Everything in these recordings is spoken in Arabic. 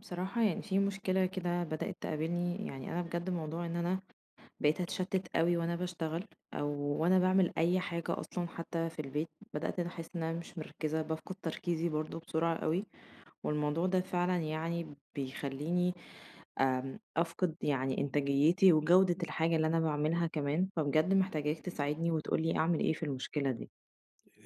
بصراحة يعني في مشكلة كده بدأت تقابلني، يعني أنا بجد موضوع إن أنا بقيت أتشتت قوي وأنا بشتغل أو وأنا بعمل أي حاجة أصلا، حتى في البيت بدأت أنا أحس إن أنا مش مركزة، بفقد تركيزي برضو بسرعة قوي، والموضوع ده فعلا يعني بيخليني أفقد يعني إنتاجيتي وجودة الحاجة اللي أنا بعملها كمان، فبجد محتاجاك تساعدني وتقولي أعمل إيه في المشكلة دي.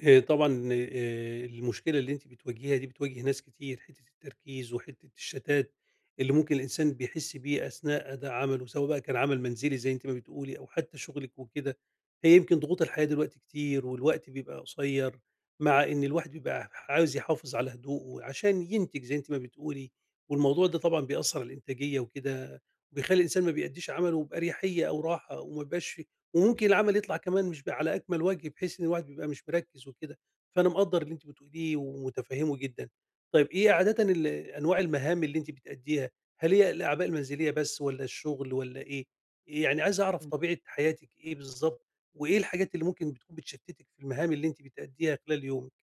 طبعًا، المشكلة اللي أنتِ بتواجهيها دي بتواجه ناس كتير، حتّة التركيز وحتّة الشتات اللي ممكن الإنسان بيحس بيه أثناء أداء عمله، سواء بقى كان عمل منزلي زي أنتِ ما بتقولي أو حتّى شغلِك وكده. هي يمكن ضغوط الحياة دلوقتي كتير والوقت بيبقى قصيّر، مع إن الواحد بيبقى عاوز يحافظ على هدوءه عشان ينتج زي أنتِ ما بتقولي، والموضوع ده طبعًا بيأثّر على الإنتاجية وكده، وبيخلّي الإنسان ما بيأدّيش عمله بأريحية أو راحة وما بيبقاش وممكن العمل يطلع كمان مش على أكمل وجه، بحيث إن الواحد بيبقى مش مركّز وكده، فأنا مقدّر اللي أنتِ بتقوليه ومُتفهِّمه جدًا. طيب إيه عادةً أنواع المهام اللي أنتِ بتأدّيها؟ هل هي الأعباء المنزلية بس والّا الشغل والّا إيه؟ إيه يعني عايز أعرف طبيعة حياتِك إيه بالضبط، وإيه الحاجات اللي ممكن بتكون بتشتِّتِك في المهام اللي أنتِ بتأدّيها خلال يومِك؟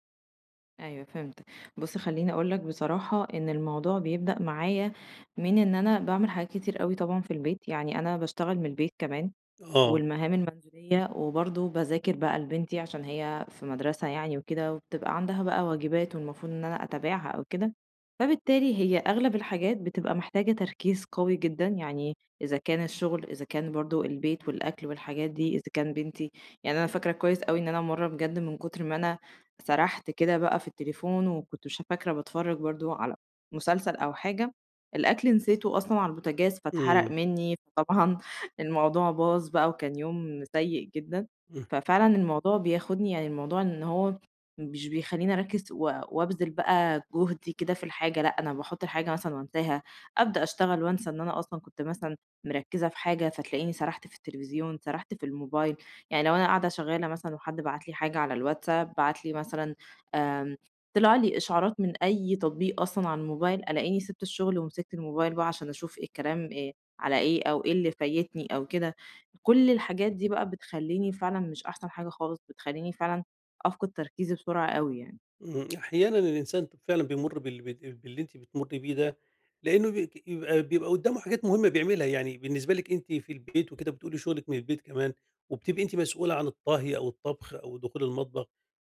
أيوه فهمت. بُص خلّيني أقول لك بصراحة إن الموضوع بيبدأ معايا من إن أنا باعمل حاجات كتير أوي طبعًا في البيت، يعني أنا باشتغل من البيت كمان، آه، والمهام المنزلية وبرضه باذاكر بقى لبنتي عشان هي في مدرسة يعني وكده، وبتبقى عندها بقى واجبات والمفروض إن أنا أتابعها أو كده، فبالتالي هي أغلب الحاجات بتبقى محتاجة تركيز قوي جدًا، يعني إذا كان الشغل، إذا كان برضه البيت والأكل والحاجات دي، إذا كان بنتي. يعني أنا فاكرة كويس أوي إن أنا مرّة بجد من كتر ما أنا سرحت كده بقى في التليفون وكنت مش فاكرة، باتفرج برضه على مسلسل أو حاجة، الأكل نسيته أصلًا على البوتاجاز إمم، فاتحرق إمم. مني، فطبعًا الموضوع باظ بقى وكان يوم سيء جدًا، ففعلًا الموضوع بياخدني، يعني الموضوع إن هو مش بيخلّيني أركّز وأبذل بقى جهدي كده في الحاجة، لأ أنا باحُط الحاجة مثلًا وانساها، أبدأ أشتغل وانسى إن أنا أصلًا كنت مثلًا مركّزة في حاجة، فتلاقيني سرحت في التلفزيون، سرحت في الموبايل، يعني لو أنا قاعدة شغّالة مثلًا وحد بعت لي حاجة على الواتساب، بعت لي مثلًا، آمم، طلع لي إشعارات من أي تطبيق أصلًا على الموبايل، ألاقيني سِبت الشغل ومسكت الموبايل بقى عشان أشوف إيه الكلام، إيه على إيه أو إيه اللي فايتني أو كده. كل الحاجات دي بقى بتخلّيني فعلًا مش أحسن حاجة خالص، بتخلّيني فعلًا أفقد تركيزي بسرعة أوي يعني. أحيانًا الإنسان فعلًا بيمُر باللي أنتِ بتمُرّي بيه ده، لإنه بيك بيبقى بيبقى قدّامه حاجات مهمة بيعملها، يعني بالنسبة لِك أنتِ في البيت وكده بتقولي شغلِك من البيت كمان، وبتبقي أنتِ مسؤولة عن الطهي أو الطبخ أو دخول المطبخ،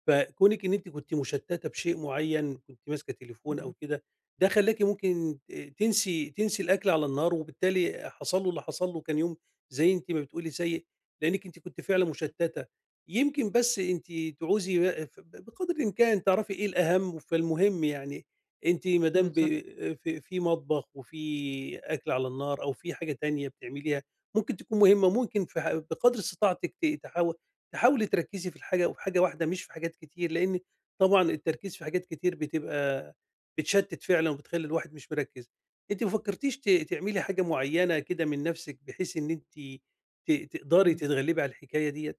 فكونِك إن أنتِ كنتِ مشتّتة بشيء معيّن، كنتِ ماسكة تليفون إمم، أو كده، ده خلّاكِ ممكن ت تنسي تنسي الأكل على النار، وبالتالي حصل له اللي حصل له، كان يوم زي أنتِ ما بتقولي سيء، لإنِّك أنتِ كنتِ فعلًا بالضبط، مشتّتة. يمكن بس أنتِ تعوزي بق ف بقدر الإمكان تعرفي إيه الأهم، فالمهم يعني أنتِ ما دام ب بالضبط، في في مطبخ وفي أكل على النار أو في حاجة تانية بتعمليها ممكن تكون مهمة، ممكن في ح بقدر استطاعتِك ت تحاول تحاولي تركّزي في الحاجة وفي حاجة واحدة مش في حاجات كتير، لإن طبعًا التركيز في حاجات كتير بتبقى بتشتِّت فعلًا وبتخلّي الواحد مش مركّز. أنتِ ما فكرتيش تعملي حاجة معيّنة كده من نَفْسِك بحيث إن أنتِ تقدري إمم. تتغلّبي على الحكاية ديّة؟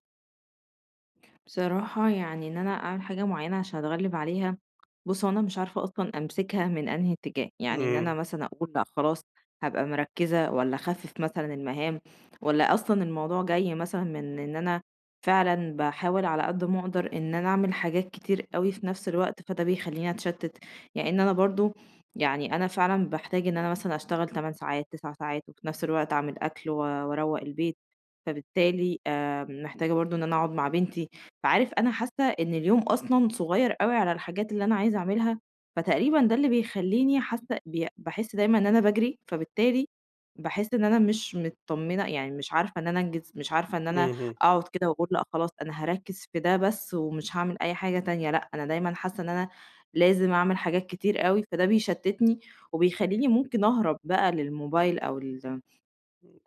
بصراحة يعني إن أنا أعمل حاجة معينة عشان أتغلب عليها، بُص، هو أنا مش عارفة أصلًا أمسكها من أنهي اتجاه، يعني إن إمم. أنا مثلًا أقول لأ خلاص هابقى مركّزة والّا أخفِّف مثلًا المهام، والّا أصلًا الموضوع جاي مثلًا من إن أنا فعلًا باحاول على قد ما أقدر إن أنا أعمل حاجات كتير أوي في نفس الوقت، فده بيخلّيني أتشتِّت، لإن أنا برضه يعني أنا فعلًا باحتاج إن أنا مثلًا أشتغل 8 ساعات، 9 ساعات وفي نفس الوقت أعمل أكل وأروّق البيت، فبالتالي محتاجة برضه إن أنا أقعد مع بنتي. فعارف أنا حاسة إن اليوم أصلًا صغير أوي على الحاجات اللي أنا عايزة أعملها، فتقريبًا ده اللي بيخلّيني حاسة باحس دايمًا إن أنا باجري، فبالتالي باحس إن أنا مش متطمنة، يعني مش عارفة إن أنا أنجز، مش عارفة إن أنا اهم. أقعد كده وأقول لأ خلاص أنا هاركّز في ده بس، ومش هاعمل أي حاجة تانية، لأ أنا دايمًا حاسة إن أنا لازم أعمل حاجات كتير أوي، فده بيشتتني وبيخلّيني ممكن أهرب بقى للموبايل أو ال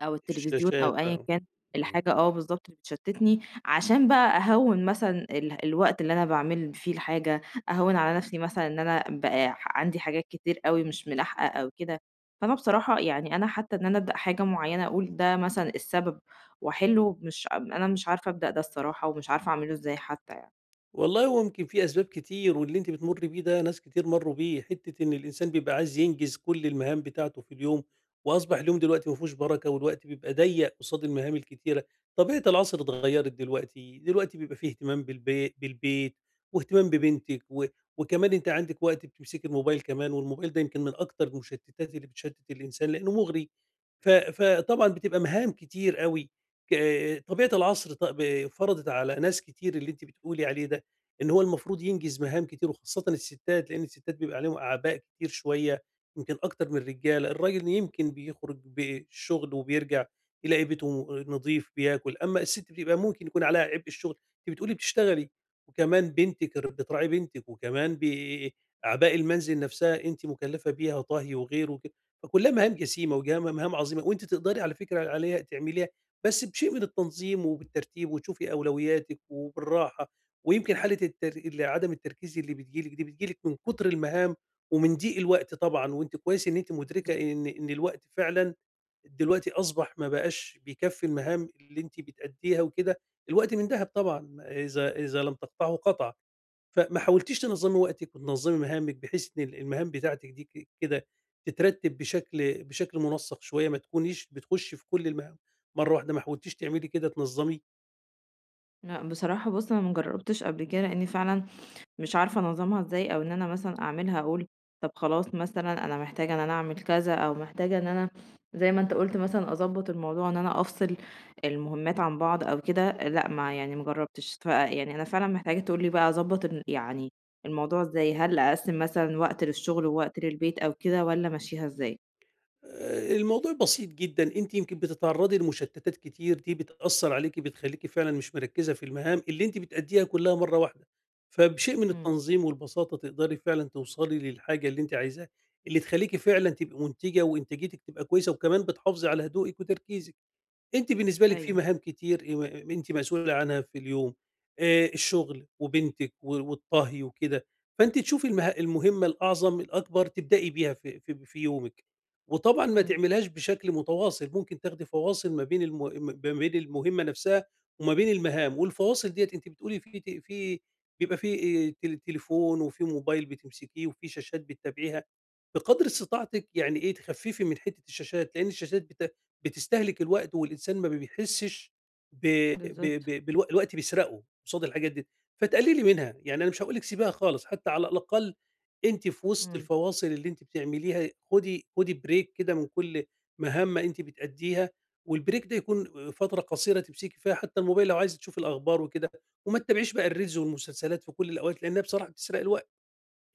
أو التلفزيون الشاشات أو أيًا بقى. كان إمم. الحاجة. آه، بالضبط اللي بتشتتني، عشان بقى أهوّن مثلًا الوقت اللي أنا باعمل فيه الحاجة، أهوّن على نفسي مثلًا إن أنا بقى عندي حاجات كتير أوي مش ملاحقة أو كده. فأنا بصراحة يعني أنا حتى إن أنا أبدأ حاجة معيّنة أقول ده مثلًا السبب وأحله، مش أنا مش عارفة أبدأ ده الصراحة، ومش عارفة أعمله إزاي حتى يعني. والله هو يمكن في أسباب كتير، واللي أنتِ بتمُرّي بيه ده ناس كتير مرّوا بيه، حتّة إن الإنسان بيبقى عايز ينجز كل المهام بتاعته في اليوم، وأصبح اليوم دلوقتي ما فيهوش بركة، والوقت بيبقى ضيّق قصاد المهام الكتيرة. طبيعة العصر اتغيّرت دلوقتي، دلوقتي بيبقى في اهتمام بالبيت، واهتمام ببنتِك، و وكمان أنتِ عندِك وقت بتمسكي الموبايل كمان، والموبايل ده يمكن من أكتر المشتتات اللي بتشتت الإنسان لإنه مُغري. فطبعًا بتبقى مهام كتير أوي، ك طبيعة العصر ط ب فرضت على ناس كتير اللي أنتِ بتقولي عليه ده. إن هو المفروض ينجز مهام كتير وخاصة الستات، لإن الستات بيبقى عليهم أعباء كتير شوية يمكن أكتر من الرجالة، الراجل يمكن بيخرج بالشغل وبيرجع يلاقي بيته نضيف بياكل، أمّا الست بيبقى ممكن يكون عليها عبء الشغل، أنتِ بتقولي بتشتغلي وكمان بنتِك بتراعي بنتِك وكمان أعباء المنزل نفسها أنتِ مكلفة بيها طهي وغيره وكده، فكلها مهام جسيمة وجها مهام عظيمة وأنتِ تقدري على فكرة عليها تعمليها، بس بشيء من التنظيم وبالترتيب وتشوفي أولوياتِك وبالراحة. ويمكن حالة التر ال عدم التركيز اللي بتيجي لِك دي، بتيجي لِك من كتر المهام ومن ضيق الوقت طبعًا، وأنتِ كويس إن أنتِ مدركة إن الوقت فعلًا دلوقتي أصبح ما بقاش بيكفّي المهام اللي أنتِ بتأدّيها وكده، الوقت من دهب طبعًا، إذا لم تقطعه قطع، فما حاولتيش تنظّمي وقتِك وتنظّمي مهامِك بحيث إن المهام بتاعتِك دي كده تترتّب بشكل منسّق شوية، ما تكونيش بتخشّي في كل المهام مرّة واحدة، ما حاولتيش تعملي كده تنظّمي؟ لأ بصراحة بُص، أنا ما جرّبتش قبل كده، لإني فعلًا مش عارفة أنظّمها إزاي، أو إن أنا مثلًا أعملها أقول طب خلاص مثلًا أنا محتاجة إن أنا أعمل كذا، أو محتاجة إن أنا زي ما أنت قُلت مثلًا أضبّط الموضوع إن أنا أفصل المهمات عن بعض أو كده، لأ ما يعني ما جرّبتش، يعني أنا فعلًا محتاجة تقول لي بقى أضبّط يعني الموضوع إزاي، هل أقسّم مثلًا وقت للشغل ووقت للبيت أو كده والّا أمشّيها إزاي؟ الموضوع بسيط جدًا، أنتِ يمكن بتتعرّضي لمشتتات كتير دي بتأثّر عليكِ، بتخلّيكِ فعلًا مش مركّزة في المهام اللي أنتِ بتأدّيها كلّها مرّة واحدة، فبشيء من إمم، التنظيم والبساطة تقدري فعلًا توصلي للحاجة اللي أنتِ عايزاها، اللي تخلّيكِ فعلًا تبقي منتجة وإنتاجيتِك تبقى كويسة، وكمان بتحافظي على هدوئِك وتركيزِك. أنتِ بالنسبة لِك في أيوه، مهام كتير أنتِ مسؤولة عنها في اليوم، الشغل وبنتِك و والطهي وكده، فأنتِ تشوفي المهمة الأعظم الأكبر تبدئي بيها في يومِك، وطبعًا ما إمم، تعمليهاش بشكل متواصل، ممكن تاخدي فواصل ما بين ما بين المهمة نفسها وما بين المهام، والفواصل ديّة أنتِ بتقولي في ت في بيبقى في تل تليفون وفي موبايل بتمسكيه وفي شاشات بتتابعيها، بقدر استطاعتِك يعني إيه تخففي من حتة الشاشات، لأن الشاشات بتستهلك الوقت والإنسان ما بيحسّش ب ب بالضبط، ب بالو الوقت بيسرقه قصاد الحاجات دي، فتقللي منها، يعني أنا مش هاقول لِك سيبيها خالص، حتى على الأقل أنتِ في وسط إمم، الفواصل اللي أنتِ بتعمليها خدي بريك كده من كل مهمة أنتِ بتأدّيها، والبريك ده يكون فترة قصيرة تمسكي فيها حتى الموبايل لو عايزة تشوفي الأخبار وكده، وما تتابعيش بقى الريلز والمسلسلات في كل الأوقات لإنها بصراحة بتسرق الوقت،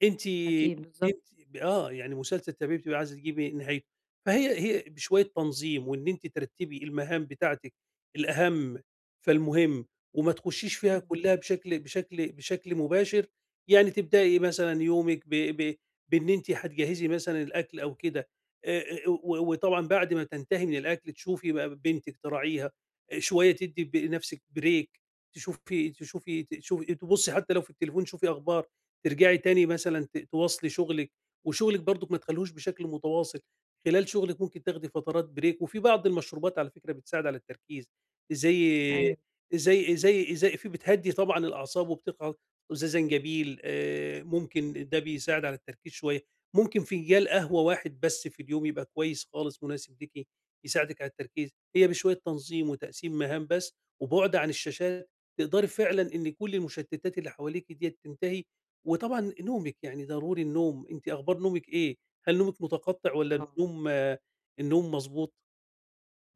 أنتِ أكيد بالضبط، أنتِ ب آه، يعني مسلسل بتبقي عايزة تجيبي نهايته، فهي بشوية تنظيم وإن أنتِ ترتّبي المهام بتاعتِك، الأهم فالمهم، وما تخشيش فيها إمم، كلّها بشكل مباشر، يعني تبدئي مثلًا يومِك ب ب بإن أنتِ هتجهّزي مثلًا الأكل أو كده، و وطبعًا بعد ما تنتهي من الأكل تشوفي بقى بنتِك تراعيها، شوية تدّي بنفسِك break، تشوفي تشوفي تشوفي تبُصّي حتى لو في التليفون تشوفي أخبار. ترجعي تاني مثلًا تواصلي شغلِك، وشغلِك برضُك ما تخلّيهوش بشكل متواصل، خلال شغلِك ممكن تاخدي فترات break وفي بعض المشروبات على فكرة بتساعد على التركيز، زي أيوه، زي زي زي في بتهدّي طبعًا الأعصاب وبتقع زي زنجبيل، ممكن ده بيساعد على التركيز شوية، ممكن فنجان قهوة واحد بس في اليوم يبقى كويس خالص مناسب ليكِ، يساعدِك على التركيز، هي بشوية تنظيم وتقسيم مهام بس وبُعد عن الشاشات، تقدري فعلًا إن كل المشتتات اللي حواليكِ ديّة تنتهي وطبعًا نومِك، يعني ضروري النوم، أنتِ أخبار نومِك إيه؟ هل نومِك متقطِّع والّا آه. النوم النوم مضبوط؟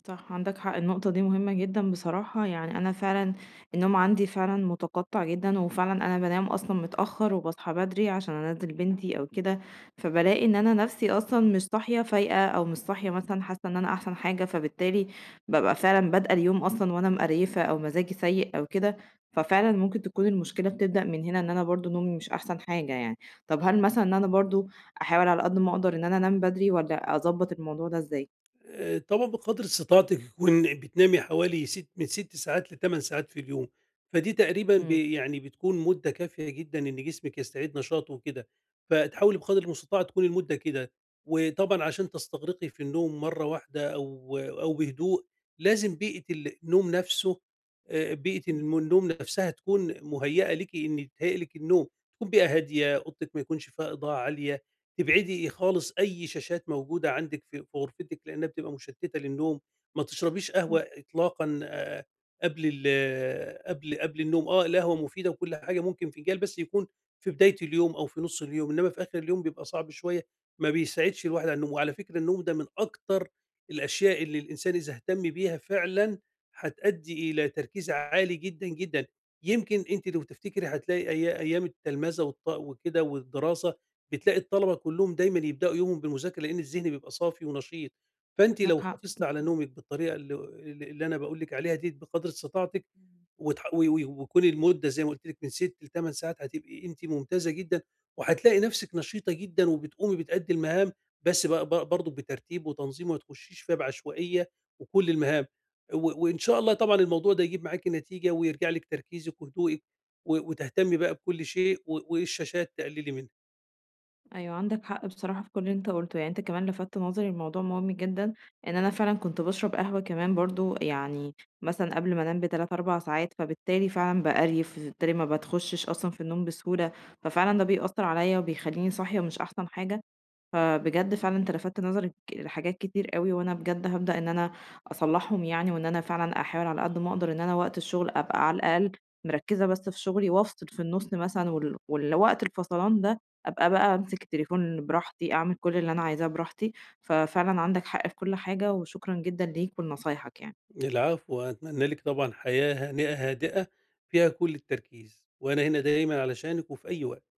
صح، عندك حق، النقطة دي مهمة جدًا بصراحة، يعني أنا فعلًا النوم عندي فعلًا متقطّع جدًا، وفعلًا أنا بانام أصلًا متأخّر وباصحى بدري عشان أنزّل بنتي أو كده، فبالاقي إن أنا نَفْسي أصلًا مش صاحية فايقة، أو مش صاحية مثلًا، حاسة إن أنا أحسن حاجة، فبالتالي بابقى فعلًا بادئة اليوم أصلًا وأنا مقريفة أو مزاجي سيء أو كده، ففعلًا ممكن تكون المشكلة بتبدأ من هنا، إن أنا برضه نومي مش أحسن حاجة يعني. طَب هل مثلًا إن أنا برضه أحاول على قد ما أقدر إن أنا أنام بدري، والّا أضبّط الموضوع ده إزاي؟ طبعًا بقدر استطاعتِك يكون بتنامي حوالي من 6 ساعات ل8 ساعات في اليوم، فدي تقريبًا إمم، يعني بتكون مدة كافية جدًا إن جسمِك يستعيد نشاطه وكده، فتحاولي بقدر المستطاع تكون المدة كده. وطبعًا عشان تستغرقي في النوم مرة واحدة أو بهدوء، لازم بيئة النوم نفسه، بيئة إمم. النوم نفسها تكون مهيئة ليكِ إن تهيأ لِك النوم، تكون بيئة هادية، أوضتِك ما يكونش فيها إضاءة عالية، تبعدي خالص أي شاشات موجودة عندِك في غرفتِك، لإنها بتبقى مُشتِّتة للنوم، ما تشربيش قهوة إطلاقًا قبل ال قبل قبل النوم، القهوة مفيدة وكل حاجة، ممكن فنجان بس يكون في بداية اليوم أو في نُص اليوم، إنما في آخر اليوم بيبقى صعب شوية، ما بيساعدش الواحد على النوم. وعلى فكرة النوم ده من أكتر الأشياء اللي الإنسان إذا اهتم بيها فعلًا هتأدّي إلى تركيز عالي جدًا، جدًا. يمكن أنتِ لو تفتكري هتلاقي أيام التلمذة وكده والدراسة بتلاقي الطلبة كلّهم دايمًا يبدأوا يومهم بالمذاكرة، لإن الذهن بيبقى صافي ونشيط، فأنتِ عندك لو حق حافظتِ على بالضبط، نومِك بالطريقة اللي أنا باقول لِك عليها ديّة بقدر استطاعتِك، إمم، وتح و و وكون المدة زي ما قُلت لِك من 6 ل8 ساعات، هتبقي أنتِ ممتازة جدًا، وهتلاقي نفسِك نشيطة جدًا وبتقومي بتأدّي المهام، بس ب ب برضه بترتيب وتنظيم، وما تخشيش فيها بعشوائية وكل المهام، و وإن شاء الله طبعًا الموضوع ده يجيب معاكِ نتيجة، ويرجع لِك تركيزِك وهدوئِك، و وتهتمي بقى بكل شيء، و والشاشات تقللي منها. أيوه عندك حق بصراحة في كل اللي أنت قُلته، يعني أنت كمان لفتت نظري لموضوع مهم جدًا، إن أنا فعلًا كنت باشرب قهوة كمان برضه يعني مثلًا قبل ما أنام ب3، 4 ساعات، فبالتالي فعلًا بأريِف، فبالتالي ما باتخشش أصلًا في النوم بسهولة، ففعلًا ده بيأثّر عليَّ وبيخلّيني صاحية مش أحسن حاجة، فبجد فعلًا أنت لفتت نظري لحاجات كتير أوي، وأنا بجد هابدأ إن أنا أصلّحهم يعني، وإن أنا فعلًا أحاول على قد ما أقدر إن أنا وقت الشغل أبقى على الأقل مركّزة بس في شغلي، وافصل في النُص مثلًا، والوقت الفصلان ده أبقى بقى أمسك التليفون براحتي، أعمل كل اللي أنا عايزاه براحتي، ففعلًا عندك حق في كل حاجة، وشكرًا جدًا ليك ولنصايحك يعني. العفو، أتمنى لِك طبعًا حياة هانئة هادئة فيها كل التركيز، وأنا هنا دايمًا علشانِك وفي أي وقت.